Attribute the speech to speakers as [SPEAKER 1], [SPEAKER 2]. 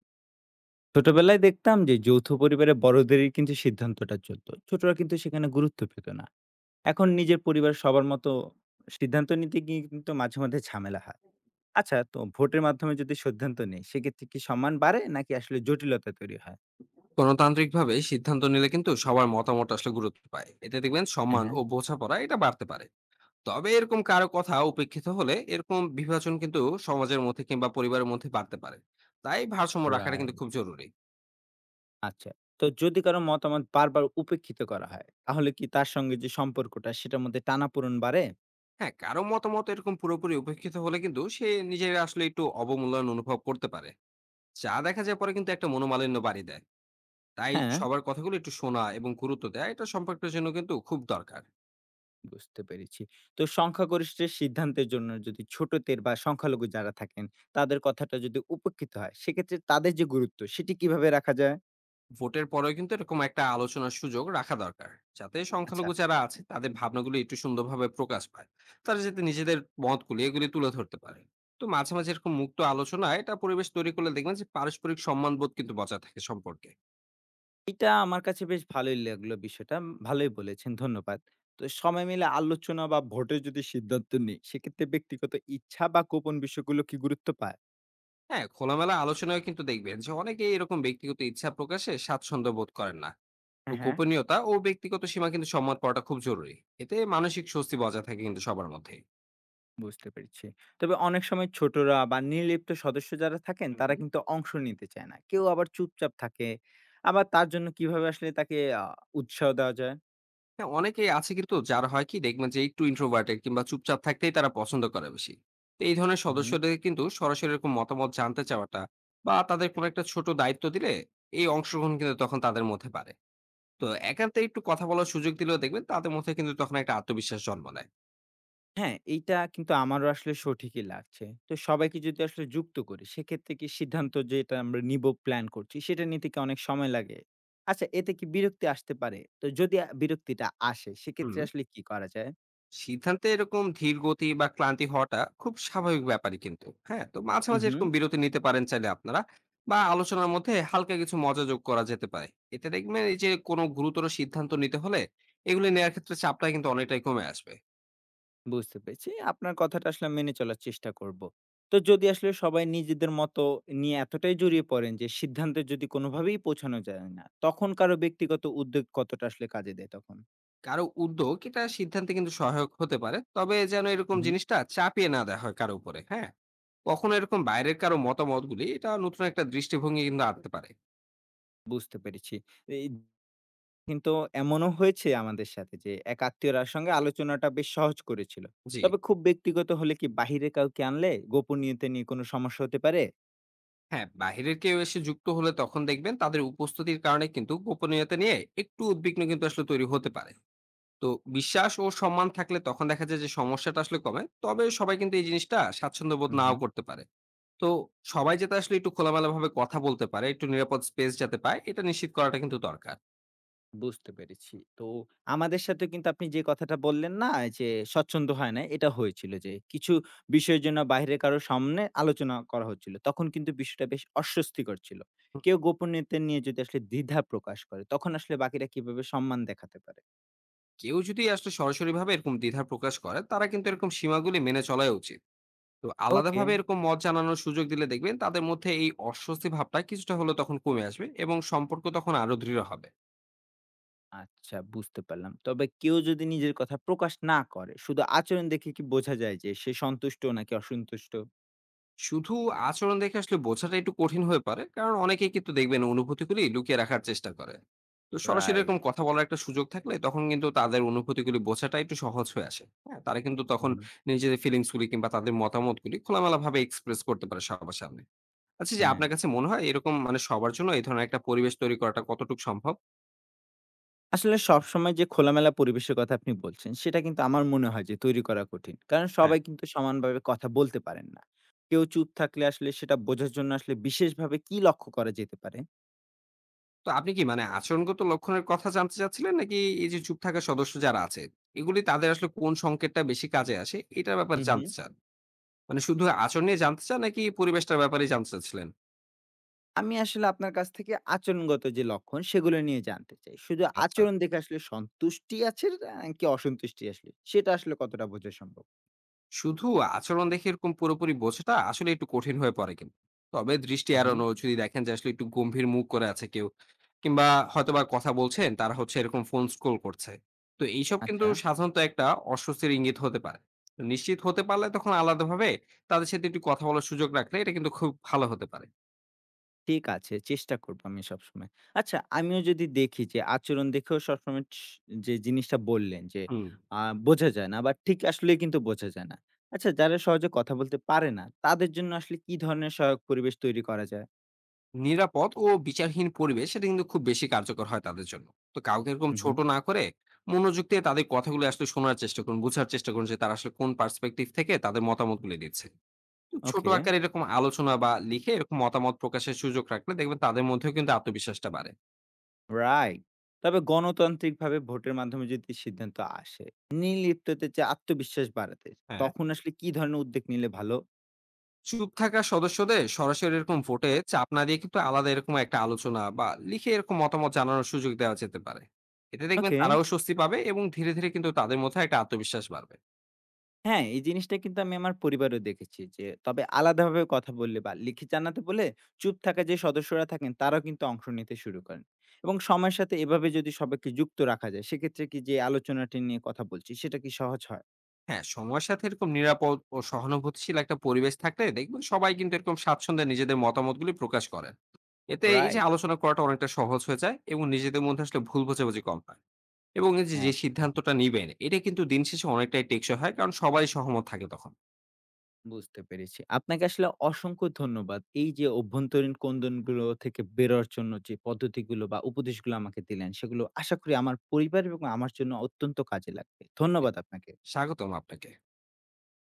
[SPEAKER 1] ছোটবেলায় দেখতাম যে যৌথ পরিবারে বড়দেরই কিন্তু সিদ্ধান্তটা চলতো, ছোটরা কিন্তু সেখানে গুরুত্ব পেত না। এখন নিজের পরিবার সবার মতো সিদ্ধান্ত নিতে গিয়ে কিন্তু মাঝে মধ্যে ঝামেলা হয়। আচ্ছা, তো ভোটের মাধ্যমে যদি সিদ্ধান্ত নেই সেক্ষেত্রে কি সম্মান বাড়ে নাকি আসলে জটিলতা তৈরি হয়?
[SPEAKER 2] গণতান্ত্রিকভাবে সিদ্ধান্ত নিলে কিন্তু সবার মতামত আসলে গুরুত্ব পায়, এতে দেখবেন
[SPEAKER 1] হ্যাঁ,
[SPEAKER 2] সম্মান
[SPEAKER 1] হ্যাঁ।
[SPEAKER 2] ও বোঝাপড়া এটা বাড়তে পারে। তবে এরকম কারো কথা উপেক্ষিত হলে এরকম বিভাজন কিন্তু সমাজের মধ্যে কিংবা পরিবারের মধ্যে বাড়তে পারে। তাই ভারসাম্য রাখাটা কিন্তু
[SPEAKER 1] রাইট।
[SPEAKER 2] খুব জরুরি।
[SPEAKER 1] আচ্ছা, তো যদি কারো মতামত বারবার উপেক্ষিত করা হয় তাহলে কি তার সঙ্গে যে সম্পর্কটা সেটার মধ্যে টানাপোড়েন বাড়ে?
[SPEAKER 2] হ্যাঁ, কারো মতামত এরকম পুরোপুরি উপেক্ষিত হলে কিন্তু সে নিজের আসলে একটু অবমূল্যায়ন অনুভব করতে পারে, যা দেখা যায় পরে কিন্তু একটা মনোমালিন্য বাড়ি দেয়। তাই
[SPEAKER 1] হ্যাঁ।
[SPEAKER 2] সবার কথাগুলো একটু শোনা এবং গুরুত্ব দেয় এটা সম্পর্কের জন্য কিন্তু খুব দরকার।
[SPEAKER 1] বুঝতে পেরেছি। তো সংখ্যাগরিষ্ঠের সিদ্ধান্তের জন্য যদি ছোটদের বা সংখ্যালঘু যারা থাকেন, তাদের কথাটা যদি উপেক্ষিত হয়, সেক্ষেত্রে তাদের যে গুরুত্ব, সেটি কিভাবে রাখা যায়?
[SPEAKER 2] ভোটের পরেও কিন্তু এরকম একটা আলোচনার সুযোগ রাখা দরকার, যাতে
[SPEAKER 1] আচ্ছা।
[SPEAKER 2] সংখ্যালঘু যারা আছে তাদের ভাবনাগুলো একটু সুন্দরভাবে প্রকাশ পায়। তারা যাতে নিজেদের মতগুলি এগুলি তুলে ধরতে পারে। তো মাঝে মাঝে এরকম মুক্ত আলোচনা এটা পরিবেশ তৈরি করলে দেখবেন যে পারস্পরিক সম্মানবোধ কিন্তু বজায় থাকে সম্পর্কে।
[SPEAKER 1] এটা আমার কাছে বেশ ভালোই লাগলো বিষয়টা। ভালোই বলেছেন, ধন্যবাদ। তো সবাই মিলে আলোচনা বা ভোটে যদি সিদ্ধান্ত নিই, সেক্ষেত্রে ব্যক্তিগত ইচ্ছা বা গোপন বিষয়গুলো কি গুরুত্ব পায়?
[SPEAKER 2] হ্যাঁ, খোলামেলা আলোচনায় কিন্তু দেখবেন যে অনেকেই এরকম ব্যক্তিগত ইচ্ছা প্রকাশে স্বাচ্ছন্দ্য বোধ করেন না। তো
[SPEAKER 1] হ্যাঁ, হ্যাঁ।
[SPEAKER 2] গোপনীয়তা ও ব্যক্তিগত সীমা কিন্তু সম্মান করাটা খুব জরুরি। এতে মানসিক স্বস্তি বজায় থাকে কিন্তু সবার মধ্যে।
[SPEAKER 1] বুঝতে পেরেছি। তবে অনেক সময় ছোটরা বা নির্লিপ্ত সদস্য যারা থাকেন তারা কিন্তু অংশ নিতে চায় না। কেউ আবার চুপচাপ থাকে। আবার তার জন্য কিভাবে আসলে তাকে উৎসাহ দেওয়া যায়?
[SPEAKER 2] হ্যাঁ, অনেকেই আছে কিন্তু যারা হয় কি দেখবেন যে একটু ইন্ট্রোভার্টেড কিংবা চুপচাপ থাকতেই তারা পছন্দ করে বেশি। তো এই ধরনের
[SPEAKER 1] হু, হুম।
[SPEAKER 2] সদস্যদের কিন্তু সরাসরি এরকম মতামত জানতে চাওয়াটা বা তাদের কোনো একটা ছোট দায়িত্ব দিলে এই অংশগ্রহণ কিন্তু তখন তাদের মধ্যে বাড়ে। তো একান্তে একটু কথা বলার সুযোগ দিলেও দেখবেন তাদের মধ্যে কিন্তু তখন একটা আত্মবিশ্বাস জন্ম নেয়।
[SPEAKER 1] হ্যাঁ, এইটা কিন্তু আমারও আসলে সঠিকই লাগছে। তো সবাইকে যদি আসলে যুক্ত করি সেক্ষেত্রে কি সিদ্ধান্ত যেটা আমরা নিব প্ল্যান করছি সেটা নিতে কি অনেক সময় লাগে? আচ্ছা, এতে কি বিরক্তি আসতে পারে? তো যদি বিরক্তিটা আসে
[SPEAKER 2] হুম।
[SPEAKER 1] সেক্ষেত্রে আসলে কি করা যায়?
[SPEAKER 2] সিদ্ধান্তে এরকম ধীর গতি বা ক্লান্তি হওয়াটা খুব স্বাভাবিক ব্যাপারই, কিন্তু হ্যাঁ, তো মাঝে
[SPEAKER 1] হু,
[SPEAKER 2] মাঝে
[SPEAKER 1] হু।
[SPEAKER 2] এরকম বিরতি নিতে পারেন চাইলে আপনারা, বা আলোচনার মধ্যে হালকা কিছু মজা যোগ করা যেতে পারে। এতে দেখবেন এই যে কোনো গুরুতর সিদ্ধান্ত নিতে হলে এগুলো নেওয়ার ক্ষেত্রে চাপটা কিন্তু অনেকটাই কমে আসবে।
[SPEAKER 1] বুঝতে পেরেছি। আপনার কথাটা আসলে মেনে চলার চেষ্টা করব। তো যদি আসলে সবাই নিজেদের মতো নিয়ে এতটাই জড়িয়ে পড়েন যে সিদ্ধান্তে যদি কোনোভাবেই পৌঁছানো যায় না, তখন কারো ব্যক্তিগত উদ্যোগ কতটা আসলে কাজে দেয় তখন?
[SPEAKER 2] কারো উদ্যোগ এটা সিদ্ধান্তে কিন্তু সহায়ক হতে পারে, তবে যেন এরকম
[SPEAKER 1] হু, হু।
[SPEAKER 2] জিনিসটা চাপিয়ে না দেওয়া হয় কারো উপরে। হ্যাঁ, কখনো এরকম বাইরের কারো মতামতগুলি এটা নতুন একটা দৃষ্টিভঙ্গি কিন্তু আনতে পারে।
[SPEAKER 1] বুঝতে পেরেছি। এই কিন্তু এমনও হয়েছে আমাদের সাথে যে এক আত্মীয়রার সঙ্গে আলোচনাটা বেশ সহজ করেছিল।
[SPEAKER 2] জি।
[SPEAKER 1] তবে খুব ব্যক্তিগত হলে কি বাহিরে কাউকে আনলে গোপনীয়তা নিয়ে কোনো সমস্যা হতে পারে?
[SPEAKER 2] হ্যাঁ, বাহিরের কেউ এসে যুক্ত হলে তখন দেখবেন তাদের উপস্থিতির কারণে কিন্তু গোপনীয়তা নিয়ে একটু উদ্বিগ্ন কিন্তু আসলে তৈরি হতে পারে। তো বিশ্বাস ও সম্মান থাকলে তখন দেখা যায় যে সমস্যাটা আসলে কমে, তবে সবাই কিন্তু এই জিনিসটা স্বাচ্ছন্দ্য বোধ
[SPEAKER 1] হু, হু।
[SPEAKER 2] নাও করতে পারে। তো সবাই যাতে আসলে একটু খোলামেলা ভাবে কথা বলতে পারে, একটু নিরাপদ স্পেস যাতে পায়, এটা নিশ্চিত করাটা কিন্তু দরকার।
[SPEAKER 1] বুঝতে পেরেছি। তো আমাদের সাথে কিন্তু আপনি যে কথাটা বললেন না? যে স্বচ্ছন্দ হয় নাই, এটা হয়েছিল যে কিছু বিষয়ের জন্য বাইরে কারো সামনে আলোচনা করা হচ্ছিল। তখন কিন্তু বিষয়টা বেশ অস্বস্তিকর ছিল। কেউ গোপনীয়তা নিয়ে যদি আসলে দ্বিধা প্রকাশ করে, তখন আসলে বাকিরা কিভাবে সম্মান দেখাতে পারে?
[SPEAKER 2] কেউ যদি আসলে সরাসরি ভাবে এরকম দ্বিধা প্রকাশ করে, তারা কিন্তু এরকম সীমাগুলি মেনে চলাই উচিত। তো
[SPEAKER 1] ওকে,
[SPEAKER 2] আলাদাভাবে এরকম মত জানানোর সুযোগ দিলে দেখবেন তাদের মধ্যে এই অস্বস্তি ভাবটা কিছুটা হলেও তখন কমে আসবে এবং সম্পর্ক তখন আরো দৃঢ় হবে।
[SPEAKER 1] আচ্ছা, বুঝতে পারলাম। তবে কেউ যদি নিজের কথা প্রকাশ না করে, শুধু আচরণ দেখে কি বোঝা যায় যে সে সন্তুষ্ট নাকি অসন্তুষ্ট?
[SPEAKER 2] শুধু আচরণ দেখে আসলে বোঝাটা একটু কঠিন হয়ে পারে, কারণ অনেকেই কিন্তু দেখবেন অনুভূতিগুলি লুকিয়ে রাখার চেষ্টা করে। তো সরাসরি
[SPEAKER 1] রাইট।
[SPEAKER 2] এরকম কথা বলার একটা সুযোগ থাকলে তখন কিন্তু তাদের অনুভূতিগুলি বোঝাটা একটু সহজ হয়ে আসে। হ্যাঁ, তারা কিন্তু তখন
[SPEAKER 1] হুম,
[SPEAKER 2] নিজেদের ফিলিংস গুলি কিংবা তাদের মতামতগুলি খোলামেলা ভাবে এক্সপ্রেস করতে পারে সবার সামনে। আচ্ছা, যে
[SPEAKER 1] হ্যাঁ।
[SPEAKER 2] আপনার কাছে মনে হয় এরকম মানে সবার জন্য এই ধরনের একটা পরিবেশ তৈরি করাটা কতটুকু সম্ভব?
[SPEAKER 1] আসলে সবসময় যে খোলামেলা পরিবেশের কথা আপনি বলছেন, সেটা কিন্তু আমার মনে হয় যে তৈরি করা কঠিন। কারণ
[SPEAKER 2] হ্যাঁ,
[SPEAKER 1] সবাই কিন্তু সমানভাবে কথা বলতে পারেন না। কেউ চুপ থাকলে আসলে সেটা বোঝার জন্য আসলে বিশেষভাবে কি লক্ষ্য করা যেতে পারে?
[SPEAKER 2] তো আপনি কি মানে আচরণগত লক্ষণের কথা জানতে চাচ্ছিলেন, নাকি এই যে চুপ থাকা সদস্য যারা আছে এগুলি তাদের আসলে কোন সংকেতটা বেশি কাজে আসে এটার ব্যাপারে
[SPEAKER 1] হুম,
[SPEAKER 2] জানতে
[SPEAKER 1] হুম।
[SPEAKER 2] চান? মানে শুধু আচরণ নিয়ে জানতে চান, নাকি পরিবেশটার ব্যাপারে জানতে চাচ্ছিলেন?
[SPEAKER 1] আমি আসলে আপনার কাছ থেকে আচরণগত যে লক্ষণ সেগুলো নিয়ে জানতে চাই। শুধু
[SPEAKER 2] আচ্ছা।
[SPEAKER 1] আচরণ দেখে আসলে সন্তুষ্টি আছে নাকি অসন্তুষ্টি আসলে সেটা আসলে কতটা বোঝা সম্ভব?
[SPEAKER 2] শুধু আচরণ দেখে এরকম পুরোপুরি বোঝাটা আসলে একটু কঠিন হয়ে পড়ে কিন্তু, তবে দৃষ্টি
[SPEAKER 1] হুম, হুম।
[SPEAKER 2] এড়ানো যদি দেখেন যে আসলে একটু গম্ভীর মুখ করে আছে কেউ, কিংবা হয়তোবা কথা বলছেন তারা হচ্ছে এরকম ফোন স্ক্রোল করছে, তো এইসব কিন্তু
[SPEAKER 1] আচ্ছা।
[SPEAKER 2] সাধারণত একটা অস্বস্তির ইঙ্গিত হতে পারে। তো নিশ্চিত হতে পারলে তখন আলাদাভাবে তাদের সাথে একটু কথা বলার সুযোগ রাখলে এটা কিন্তু খুব ভালো হতে পারে।
[SPEAKER 1] ঠিক আছে, চেষ্টা করব আমি সবসময়। আচ্ছা, আমিও যদি দেখি যে আচরণ দেখেও সবসময় যে জিনিসটা বললেন যে
[SPEAKER 2] হুম
[SPEAKER 1] আ বোঝা যায় না বা ঠিক আসলেই কিন্তু বোঝা যায় না। আচ্ছা, যারা সহজে কথা বলতে পারে না, তাদের জন্য আসলে কি ধরনের সহায়ক পরিবেশ তৈরি করা যায়?
[SPEAKER 2] নিরাপদ ও বিচারহীন পরিবেশ সেটা কিন্তু খুব বেশি কার্যকর হয় তাদের জন্য। তো কাউকে এরকম
[SPEAKER 1] হু, হু।
[SPEAKER 2] ছোট না করে মনোযোগ দিয়ে তাদের কথাগুলো আসলে শোনার চেষ্টা করুন, বোঝার চেষ্টা করুন যে তারা আসলে কোন পার্সপেক্টিভ থেকে তাদের মতামতগুলো দিচ্ছে। তো ছোট
[SPEAKER 1] ওকে,
[SPEAKER 2] আকারে এরকম আলোচনা বা লিখে এরকম মতামত প্রকাশের সুযোগ রাখলে দেখবেন তাদের মধ্যেও কিন্তু আত্মবিশ্বাসটা বাড়ে।
[SPEAKER 1] রাইট। তবে গণতান্ত্রিকভাবে ভোটের মাধ্যমে যদি সিদ্ধান্ত আসে, নির্লিপ্ততে যে আত্মবিশ্বাস বাড়াতে,
[SPEAKER 2] হ্যাঁ,
[SPEAKER 1] তখন আসলে কি ধরনের উদ্যোগ নিলে ভালো?
[SPEAKER 2] চুপ থাকা সদস্যদের সরাসরি এরকম ভোটে চাপ না দিয়ে কিন্তু আলাদা এরকম একটা আলোচনা বা লিখে এরকম মতামত জানানোর সুযোগ দেওয়া যেতে পারে। এতে দেখবেন
[SPEAKER 1] ওকে।
[SPEAKER 2] তারাও স্বস্তি পাবে এবং ধীরে ধীরে কিন্তু তাদের মধ্যে একটা আত্মবিশ্বাস বাড়বে।
[SPEAKER 1] হ্যাঁ, এই জিনিসটা কিন্তু আমি আমার পরিবারেও দেখেছি যে, তবে আলাদাভাবে কথা বললে বা লিখে জানাতে বলে চুপ থাকা যে সদস্যরা থাকেন তারাও কিন্তু অংশ নিতে শুরু করেন। এবং সময়ের সাথে এভাবে যদি সবাইকে যুক্ত রাখা যায় সেক্ষেত্রে কি যে আলোচনাটি নিয়ে কথা বলছি সেটা কি সহজ হয়?
[SPEAKER 2] হ্যাঁ, সময়ের সাথে এরকম নিরাপদ ও সহানুভূতিশীল একটা পরিবেশ থাকলে দেখবেন সবাই কিন্তু এরকম স্বাচ্ছন্দ্যে নিজেদের মতামতগুলি প্রকাশ করেন। এতে এই যে
[SPEAKER 1] রাইট,
[SPEAKER 2] আলোচনা করাটা অনেকটা সহজ হয়ে যায় এবং নিজেদের মধ্যে আসলে ভুল বোঝাবুঝি কম হয়। এবং এই যে, যে
[SPEAKER 1] একদম
[SPEAKER 2] সিদ্ধান্তটা নিবেন এটা কিন্তু দিন শেষে অনেকটাই টেকসই হয়, কারণ সবাই সহমত থাকে তখন।
[SPEAKER 1] বুঝতে পেরেছি। আপনাকে আসলে অসংখ্য ধন্যবাদ। এই যে অভ্যন্তরীণ কোন্দনগুলো থেকে বেরোর জন্য যে পদ্ধতিগুলো বা উপদেশগুলো আমাকে দিলেন সেগুলো আশা করি আমার পরিবার এবং আমার জন্য অত্যন্ত কাজে লাগবে।
[SPEAKER 2] জি,
[SPEAKER 1] ধন্যবাদ আপনাকে।
[SPEAKER 2] স্বাগতম আপনাকে।